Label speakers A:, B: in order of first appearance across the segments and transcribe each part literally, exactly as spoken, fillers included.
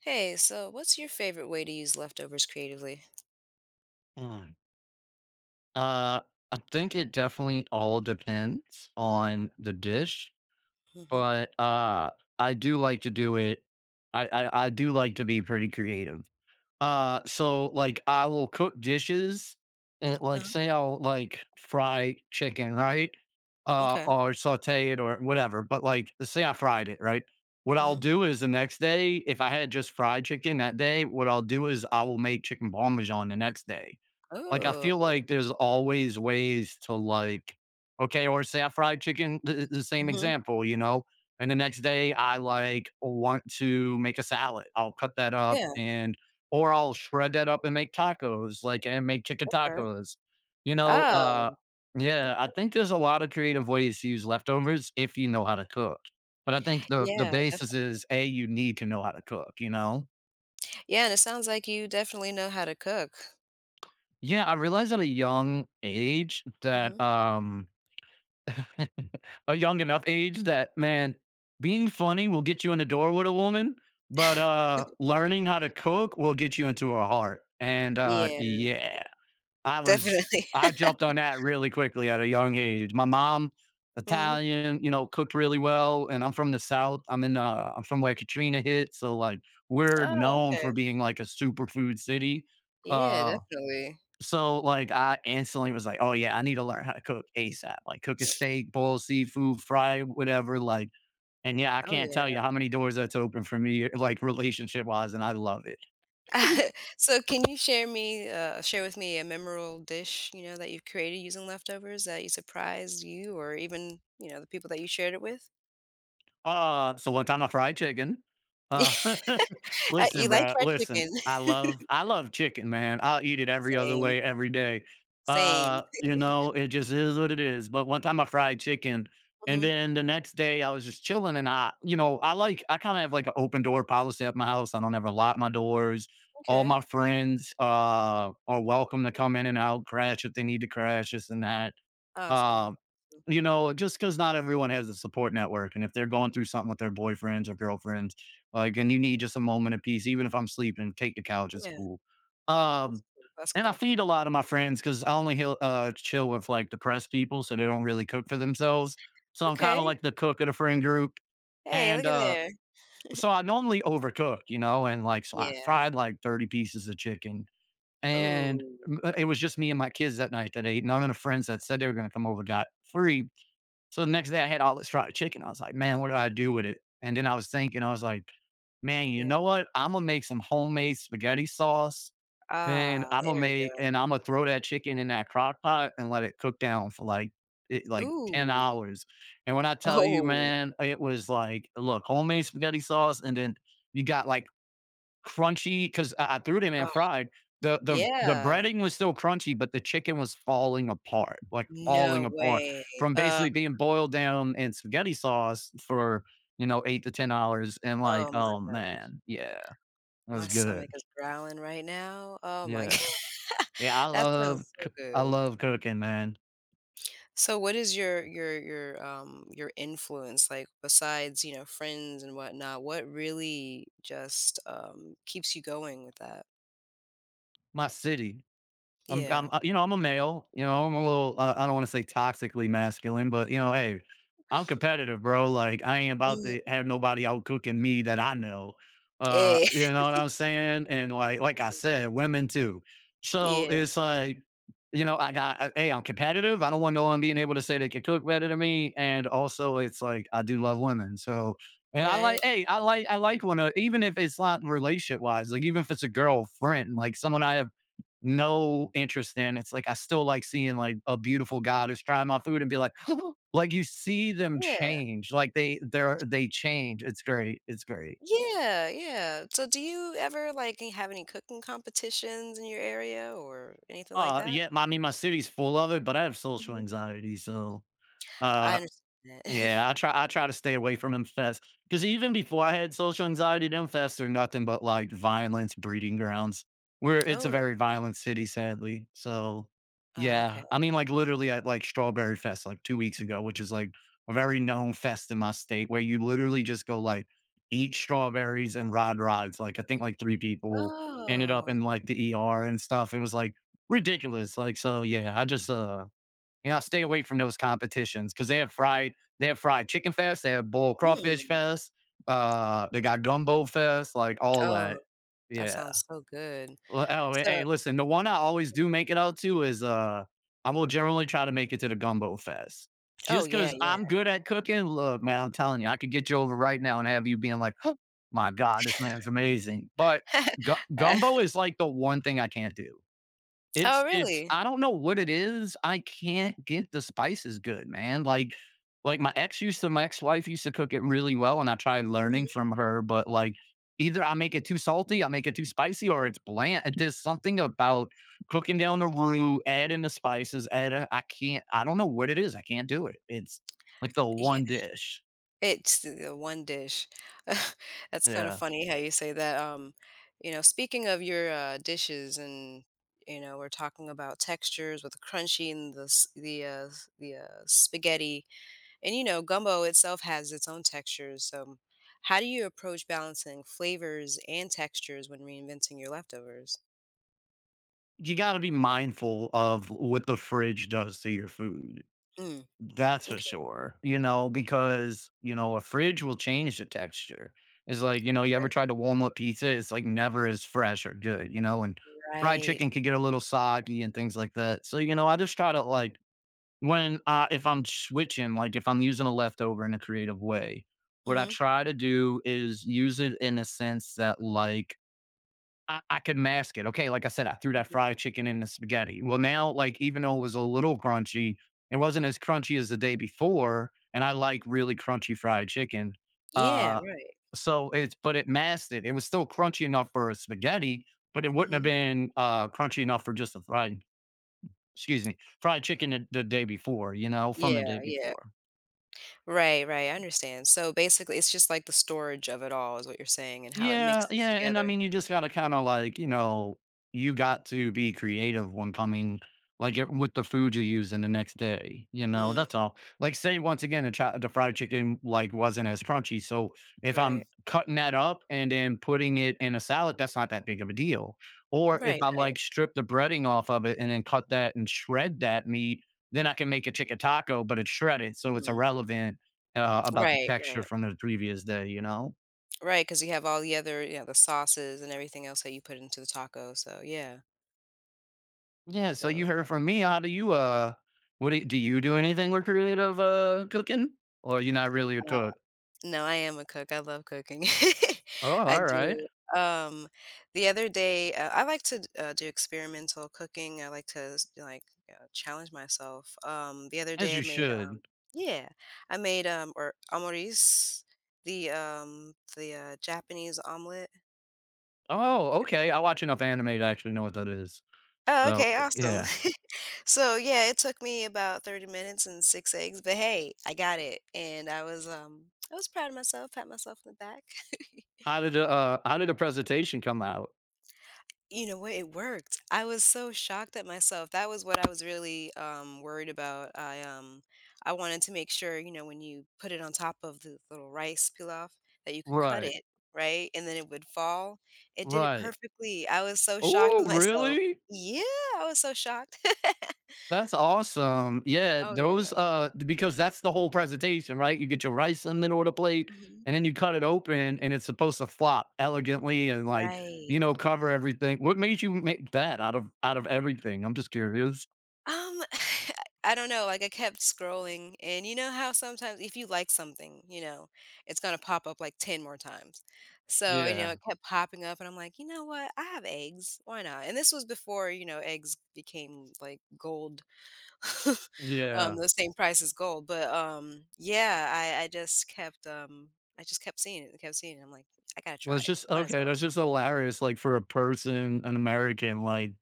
A: Hey, so what's your favorite way to use leftovers creatively?
B: Mm. Uh, I think it definitely all depends on the dish,
A: Mm-hmm.
B: but uh, I do like to do it. I, I I do like to be pretty creative. Uh, so like I will cook dishes, and like
A: Uh-huh.
B: say I'll like fry chicken, right? Uh,
A: Okay.
B: or saute it or whatever. But like say I fried it, right? What I'll
A: Mm-hmm.
B: do is the next day, if I had just fried chicken that day, what I'll do is I will make chicken parmesan the next day like, I
A: Oh.
B: feel like there's always ways to like, okay, or say I fried chicken, the, the same
A: Mm-hmm.
B: example, you know? And the next day I like want to make a salad. I'll cut that up
A: Yeah.
B: and, or I'll shred that up and make tacos, like, and make chicken
A: Okay.
B: tacos, you know? Uh,
A: Oh.
B: yeah, I think there's a lot of creative ways to use leftovers if you know how to cook. But I think the, the
A: Yeah. Def-
B: basis is A, you need to know how to cook, you know?
A: yeah. And it sounds like you definitely know how to cook.
B: Yeah, I realized at a young age
A: Mm-hmm.
B: that, um, a young enough age that man, being funny will get you in the door with a woman, but uh learning how to cook will get you into her heart. And uh
A: Yeah.
B: yeah, I was
A: Definitely.
B: I jumped on that really quickly at a young age. My mom,
A: Hmm.
B: Italian, you know, cooked really well, and I'm from the South. I'm in uh I'm from where Katrina hit, so like we're
A: Oh.
B: known
A: Okay.
B: for being like a superfood city.
A: Yeah.
B: Uh
A: Definitely.
B: so, like, I instantly was like, "Oh, yeah, I need to learn how to cook ASAP." Like, cook a steak, boil seafood, fry whatever, like and, yeah, I
A: Oh
B: can't tell you
A: yeah.
B: how many doors that's opened for me, like, relationship-wise, and I love it.
A: so can you share me, uh, share with me a memorable dish you know that you've created using leftovers that you surprised you or even you know the people that you shared it with?
B: Uh, so one time I fried chicken. Uh,
A: Uh, you
B: listen,
A: like
B: bro,
A: fried
B: listen,
A: chicken.
B: I love I love chicken, man. I'll eat it every other
A: Same,
B: way, every day.
A: same.
B: Uh, you know, it just is what it is. But one time I fried chicken, and
A: Mhm.
B: then the next day I was just chilling, and I, you know, I like I kind of have like an open door policy at my house. I don't ever lock my doors. All
A: Okay.
B: my friends uh, are welcome to come in and out, crash if they need to crash, this and that.
A: Awesome.
B: Um, you know, just because not everyone has a support network, and if they're going through something with their boyfriends or girlfriends, like, and you need just a moment of peace, even if I'm sleeping, take the couch,
A: Mm,
B: it's
A: yeah,
B: cool.
A: that's
B: Um,
A: cool, that's
B: and I
A: cool.
B: feed a lot of my friends because I only heal uh, chill with, like, depressed people, so they don't really cook for themselves. So I'm kinda
A: Okay.
B: like the cook of the friend group,
A: Hey, look
B: and,
A: at
B: uh,
A: there.
B: so I normally overcook, you know, and, like, so I
A: Yeah.
B: fried, like, thirty pieces of chicken, and
A: Ooh,
B: uh, it was just me and my kids that night that ate. None of the friends that said they were gonna come over got free. So the next day, I had all this fried chicken. I was like, "Man, what do I do with it?" And then I was thinking, I was like, "Man, you
A: yeah.
B: know what? I'm gonna make some homemade spaghetti sauce, and
A: Ah,
B: I'm gonna
A: there we
B: make
A: go.
B: and I'm gonna throw that chicken in that crock pot and let it cook down for like it, like ten
A: Ooh.
B: hours." And when I tell you,
A: Oh.
B: man, it was like, look, homemade spaghetti sauce, and then you got like crunchy because I, I threw them in
A: Oh,
B: fried. The the the
A: yeah.
B: breading was still crunchy, but the chicken was falling apart, like falling
A: No
B: apart
A: way.
B: from
A: Uh,
B: basically being boiled down in spaghetti sauce for you know eight to ten hours. And like,
A: oh my
B: oh
A: god.
B: man, yeah, that
A: My
B: was
A: stomach
B: good.
A: is growling right now. Oh my
B: Yeah,
A: god.
B: yeah, I
A: That
B: love
A: sounds so
B: c- I
A: good.
B: love cooking, man.
A: So what is your your your um your influence like besides, you know, friends and whatnot, what really just um keeps you going with that?
B: My city. I'm
A: Yeah.
B: I'm, uh, you know, I'm a male, you know, I'm a little, uh, I don't want to say toxically masculine, but you know, hey, I'm competitive, bro. Like I ain't about
A: Mhm.
B: to have nobody out cooking me that I know. Uh,
A: Yeah.
B: you know what I'm saying? And like, like I said, women too. So
A: Yeah.
B: it's like, you know, I got, I- hey, I'm competitive. I don't want no one being able to say they can cook better than me. And also it's like, I do love women. So, and I like,
A: Right?
B: hey, I like, I like when, a, even if it's not relationship wise, like even if it's a girlfriend, like someone I have no interest in. It's like I still like seeing like a beautiful god who's trying my food and be like, like you see them
A: Yeah.
B: change. Like they they're they change. It's great. It's great.
A: Yeah, yeah. So do you ever like eh, have any cooking competitions in your area or anything like
B: Uh
A: that?
B: yeah, I mean my city's full of it, but I have social
A: Mhm.
B: anxiety. So
A: I
B: uh
A: understand that.
B: Yeah, I try I try to stay away from them fest because even before I had social anxiety, them fests are nothing but, like, violence breeding grounds. Where it's a
A: Oh,
B: very violent city, sadly, so,
A: oh,
B: yeah.
A: okay.
B: I mean, like, literally at, like, Strawberry Fest, like, two weeks ago, which is, like, a very known fest in my state where you literally just go, like, eat strawberries and ride rides, like, I think, like, three people ended up
A: Oh.
B: in, like, the E R and stuff. It was, like, ridiculous, like, so, yeah, I just, uh you know, stay away from those competitions because they have fried, they have fried chicken fest, they have boiled crawfish
A: Mm.
B: fest, uh, they got gumbo fest, like all
A: Oh,
B: that.
A: that
B: Yeah.
A: sounds so good.
B: Well, Oh,
A: So,
B: hey, listen, the one I always do make it out to is uh, I will generally try to make it to the gumbo fest.
A: oh
B: Just
A: yeah,
B: because I'm good at cooking, look, man, I'm telling you, I could get you over right now and have you being like, "Huh, my God, this man's amazing. But gu-
A: yeah.
B: gumbo is like the one thing I can't do.
A: Oh,
B: It's it's
A: really?
B: I don't know what it is, I can't get the spices good, man, like like, my ex used to my ex-wife used to cook it really well, and I tried learning
A: Mhm.
B: from her, but, like, either I make it too salty, I make it too spicy, or it's bland, It there's something about cooking down the roux, adding the spices, add a I can't I don't know what it is, I can't do it, it's like the
A: Yeah,
B: one dish.
A: it's the one dish. That's kinda
B: Yeah.
A: funny how you say that, um, you know, speaking of your, uh, dishes and, you know, we're talking about textures with the crunchy and the s the, uh s the, uh, spaghetti, and, you know, gumbo itself has its own textures, so how do you approach balancing flavors and textures when reinventing your leftovers?
B: You gotta be mindful of what the fridge does to your food.
A: Mm,
B: That's for
A: okay,
B: sure. You know, because, you know, a fridge will change the texture. It's like, you know, you
A: okay.
B: ever tried to warm up pizza? It's like never as fresh or good, you know, and fried
A: Right.
B: chicken could get a little soggy and things like that. So, you know, I just try to like when uh if I'm switching, like if I'm using a leftover in a creative way, what I
A: Mhm,
B: try to do is use it in a sense that like I, I could mask it. Okay, like I said, I threw that
A: mhm.
B: fried chicken in the spaghetti. Well, now, like, even though it was a little crunchy, it wasn't as crunchy as the day before. And I like really crunchy fried chicken.
A: Yeah,
B: Uh,
A: right.
B: so it's, but it masked it. It was still crunchy enough for a spaghetti, but it wouldn't have
A: Mhm.
B: been uh, crunchy enough for just a fried, excuse me, fried chicken the, the day before, you know, from the
A: Yeah,
B: day
A: yeah.
B: before.
A: Right, right, I understand. So basically, it's just like the storage of it all is what you're saying and how it
B: Yeah,
A: mixes
B: yeah, and I
A: together.
B: mean, you just gotta kinda, like, you know, you got to be creative when coming like, it with the food you use in the next day, you know,
A: Mm,
B: that's all. Like, say, once again, the chi the fried chicken, like, wasn't as crunchy, so if
A: right,
B: I'm cutting that up and then putting it in a salad, that's not that big of a deal. Or if
A: right,
B: I,
A: right.
B: like, strip the breading off of it and then cut that and shred that meat, then I can make a chicken taco, but it's shredded, so it's
A: Mm,
B: irrelevant, uh, about the
A: right,
B: texture
A: right,
B: from the previous day, you know?
A: right. Because you have all the other, you know, the sauces and everything else that you put into the taco. So yeah,
B: Yeah, so you
A: so
B: heard from me. How do you uh what do you, do you do anything with creative uh cooking? Or you are not really a cook?
A: no, I am a cook. I love cooking.
B: Oh,
A: I
B: all right.
A: do. Um, the other day, uh, I like to d- uh, do experimental cooking. I like to s- like uh, challenge myself. Um, the other
B: As
A: day, I
B: you
A: made
B: should.
A: um, yeah, I made um, or amoris, the um, the uh, Japanese omelet.
B: Oh, okay. I watch enough anime to actually know what that is.
A: Oh,
B: So
A: okay,
B: uh,
A: awesome.
B: yeah.
A: So yeah, it took me about thirty minutes and six eggs, but hey, I got it, and I was um, I was proud of myself. Pat myself in the back.
B: How did the uh how did the presentation come out?
A: You know what? It worked. I was so shocked at myself. That was what I was really um, worried about. I um, I wanted to make sure, you know, when you put it on top of the little rice pilaf, that you could cut
B: Right.
A: it right, and then it would fall. It did it
B: Right.
A: perfectly. I was so shocked
B: Oh,
A: with myself.
B: really?
A: Yeah, I was so shocked.
B: That's awesome. Yeah,
A: Oh
B: those,
A: yeah.
B: uh because that's the whole presentation, right? You get your rice in the middle of the plate,
A: Mhm.
B: and then you cut it open, and it's supposed to flop elegantly and, like,
A: Right.
B: you know, cover everything. What made you make that out of out of everything? I'm just curious.
A: Um, I don't know, like, I kept scrolling, and you know how sometimes if you like something, you know, it's gonna pop up, like, ten more times. So, you know,
B: Yeah.
A: it kept popping up, and I'm like, "You know what? I have eggs. Why not?" And this was before, you know, eggs became, like, gold, um,
B: Yeah.
A: the same price as gold, but, um, yeah, I I just kept, um I just kept seeing it and kept seeing it. I'm like, "I gotta
B: Well,
A: try
B: it's
A: it.
B: just
A: Might as
B: okay,
A: well."
B: that's just hilarious, like, for a person, an American, like,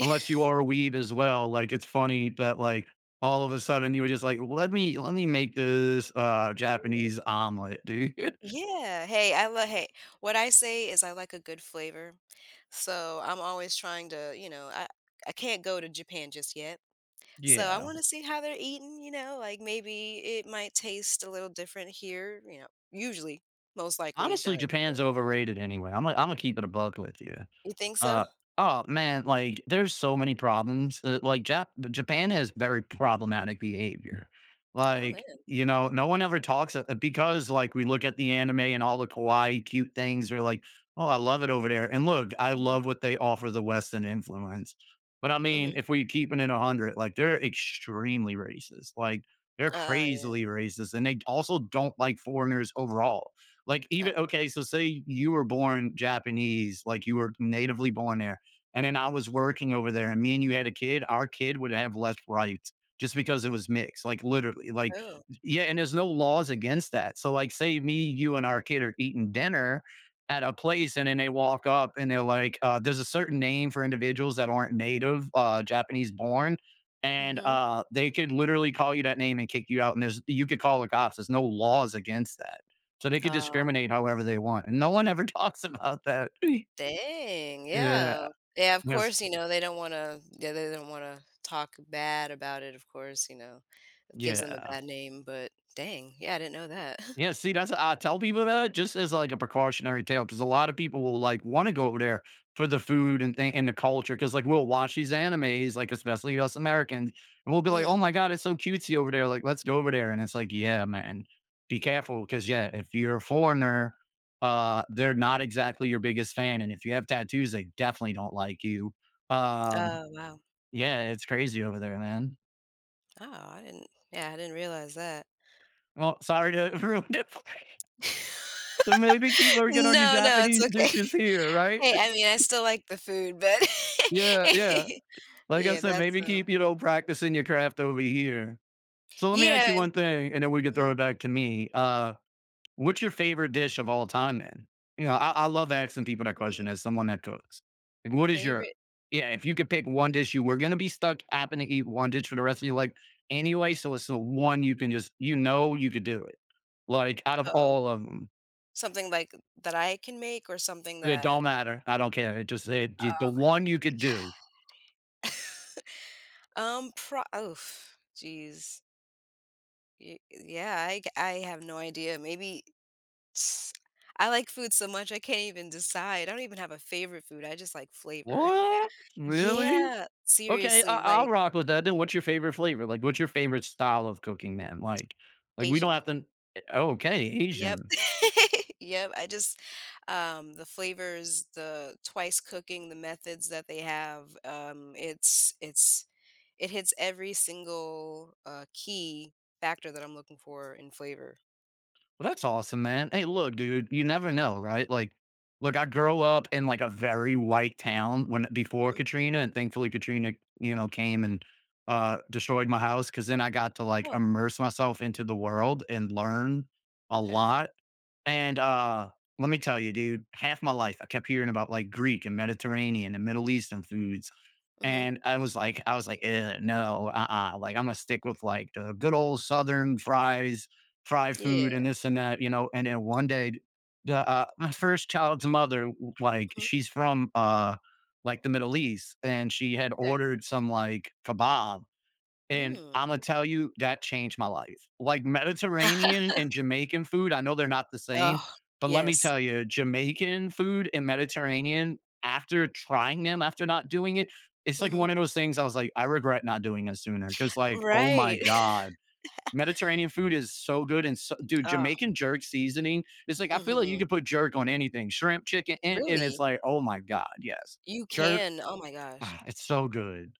B: unless you are a weeb as well, like, it's funny that, like, all of a sudden you were just like, "Let me let me make this, uh,
A: Yeah.
B: Japanese omelet, dude."
A: Yeah. Hey, I love hey, what I say is I like a good flavor. So I'm always trying to, you know, I, I can't go to Japan just yet. So I
B: Yeah.
A: want to see how they're eating, you know, like maybe it might taste a little different here, you know. Usually, most likely it
B: Honestly,
A: does.
B: Japan's overrated anyway. I'm gonna I'm gonna keep it a buck with you.
A: You think so?
B: Uh, oh man, like there's so many problems. Uh, like Jap- Japan has very problematic behavior.
A: Oh man.
B: Like you know, no one ever talks uh, because like we look at the anime and all the kawaii cute things. They're like, oh, I love it over there. And look, I
A: Mhm.
B: love what they offer the Western influence. But I mean,
A: Mhm.
B: if we keep it in a hundred, like they're extremely racist. Like they're
A: Uh yeah.
B: crazily racist, and they also don't like foreigners overall like
A: Uh,
B: even okay, so say you were born Japanese, like you were natively born there, and then I was working over there, and me and you had a kid, our kid would have less rights just because it was mixed. Like literally, like
A: oh.
B: yeah, and there's no laws against that. So like say me, you, and our kid are eating dinner at a place and then they walk up and they're like, uh, there's a certain name for individuals that aren't native, uh, Japanese born. And
A: Mhm.
B: uh, they could literally call you that name and kick you out. And there's you could call the cops. There's no laws against that. So they could
A: Uh,
B: discriminate however they want, and no one ever talks about that.
A: dang, yeah.
B: Yeah,
A: Yeah, of
B: yes,
A: course, you know, they don't wanna yeah, they don't wanna talk bad about it, of course, you know. It gives them a
B: yeah.
A: bad name, but dang, yeah, I didn't know that.
B: Yeah, see, that's I tell people that just as, like, a precautionary tale because a lot of people will, like, wanna go over there for the food and thing and the culture because like, we'll watch these animes, like, especially us Americans, and we'll be like,
A: Mhm.
B: "Oh my god, it's so cutesy over there, like, let's go over there," and it's like, "Yeah, man, be careful because yeah, if you're a foreigner, uh, they're not exactly your biggest fan, and if you have tattoos, they definitely don't like you." Um
A: Oh, wow.
B: Yeah, it's crazy over there, man.
A: Oh, I didn't yeah, I didn't realize that.
B: Well, sorry to ruin it. So maybe keep working on your
A: No, no, it's
B: Japanese
A: okay.
B: dishes here, right?
A: Hey, I mean, I still like the food, but
B: Yeah, yeah. Like I
A: yeah,
B: said,
A: that's,
B: maybe
A: um
B: keep, you know, practicing your craft over here. So let me ask
A: yeah,
B: you
A: and
B: one thing, and then we can throw
A: mhm,
B: it back to me. Uh What's your favorite dish of all time, man? You know, I I love asking people that
A: hmm,
B: question as someone that cooks. Like, what is your
A: favorite
B: yeah, if you could pick one dish you were gonna be stuck having to eat one dish for the rest of your life anyway, so it's the one you can just you know you could do it. Like, out of
A: oh,
B: all of them,
A: something like that I can make or something
B: it
A: that,
B: don't matter, I don't care, it just it just the one you could do.
A: um, pro oof, jeez. Y yeah, I g I have no idea. Maybe s I like food so much I can't even decide. I don't even have a favorite food, I just like flavor.
B: "What? Really?
A: Yeah,
B: Okay, I
A: seriously,
B: I'll
A: like,
B: rock with that, then what's your favorite flavor? Like, what's your favorite style of cooking, man? Like like, we don't
A: Asian.
B: have to eh, okay,
A: Yep.
B: Asian.
A: Yep, I just, um, the flavors, the twice cooking, the methods that they have, um, it's it's it hits every single, uh, key factor that I'm looking for in flavor.
B: Well, that's awesome, man. Hey, look, dude, you never know, right? Like, look, I grew up in like a very white town when before
A: Mhm.
B: Katrina, and thankfully Katrina, you know, came and uh destroyed my house because then I got to like
A: Oh,
B: immerse myself into the world and learn a
A: okay.
B: lot. And uh let me tell you, dude, half my life I kept hearing about like Greek and Mediterranean and Middle Eastern foods.
A: Mhm.
B: And I was like I was like, "Ugh, no, uh-uh, like, Imma stick with, like, the good old Southern fries, fry food
A: Yeah.
B: and this and that," you know? And then one day, the, uh my first child's mother, w like,
A: Mhm.
B: she's from, uh, like, the Middle East, and she had
A: Okay.
B: ordered some, like, kebab and
A: Mm.
B: Imma tell you, that changed my life. Like, Mediterranean and Jamaican food, I know they're not the same,
A: Oh
B: but let me
A: yes.
B: tell you, Jamaican food and Mediterranean, after trying them, after not doing it, it's like one
A: Mhm.
B: of those things I was like, "I regret not doing it sooner because, like, oh my
A: Right.
B: god. Mediterranean food is so good and so dude,
A: Oh,
B: Jamaican jerk seasoning, it's like, I feel like you
A: mhm.
B: could put jerk on anything, shrimp, chicken, and and it's
A: Really?
B: like, oh my god, yes.
A: You
B: Jerk,
A: can oh my gosh.
B: ah, it's so good.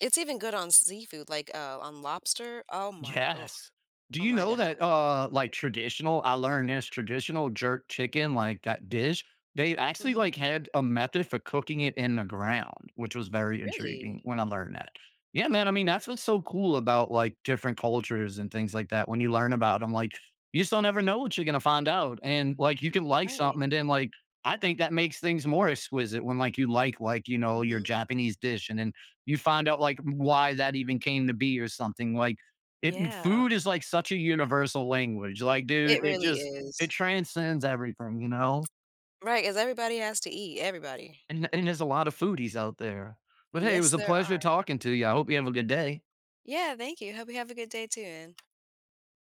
A: It's even good on seafood, like, uh, on lobster. Oh my oh,
B: Yes. Do
A: oh
B: you
A: my
B: know
A: god.
B: that, uh, like, traditional I learned this traditional jerk chicken, like, that dish, they actually,
A: Mhm.
B: like, had a method for cooking it in the ground, which was very
A: Really?
B: intriguing when I learned that. Yeah, man, I mean, that's what's so cool about, like, different cultures and things like that when you learn about them, like, you just don't ever know what you're gonna find out, and, like, you can like
A: Right.
B: something, and then, like, I think that makes things more exquisite when, like, you like, like, you know, your
A: Mhm.
B: Japanese dish, and then you find out, like, why that even came to be or something, like, it
A: Yeah.
B: food is like such a universal language. Like,
A: It
B: dude, it
A: really
B: just
A: is.
B: it transcends everything, you know?
A: Right, right, 'cause everybody has to eat, everybody.
B: And and there's a lot of foodies out there. But hey, it
A: Yes,
B: was a
A: there
B: pleasure
A: are
B: talking to you. I hope you have a good day.
A: yeah, thank you. Hope you have a good day too, and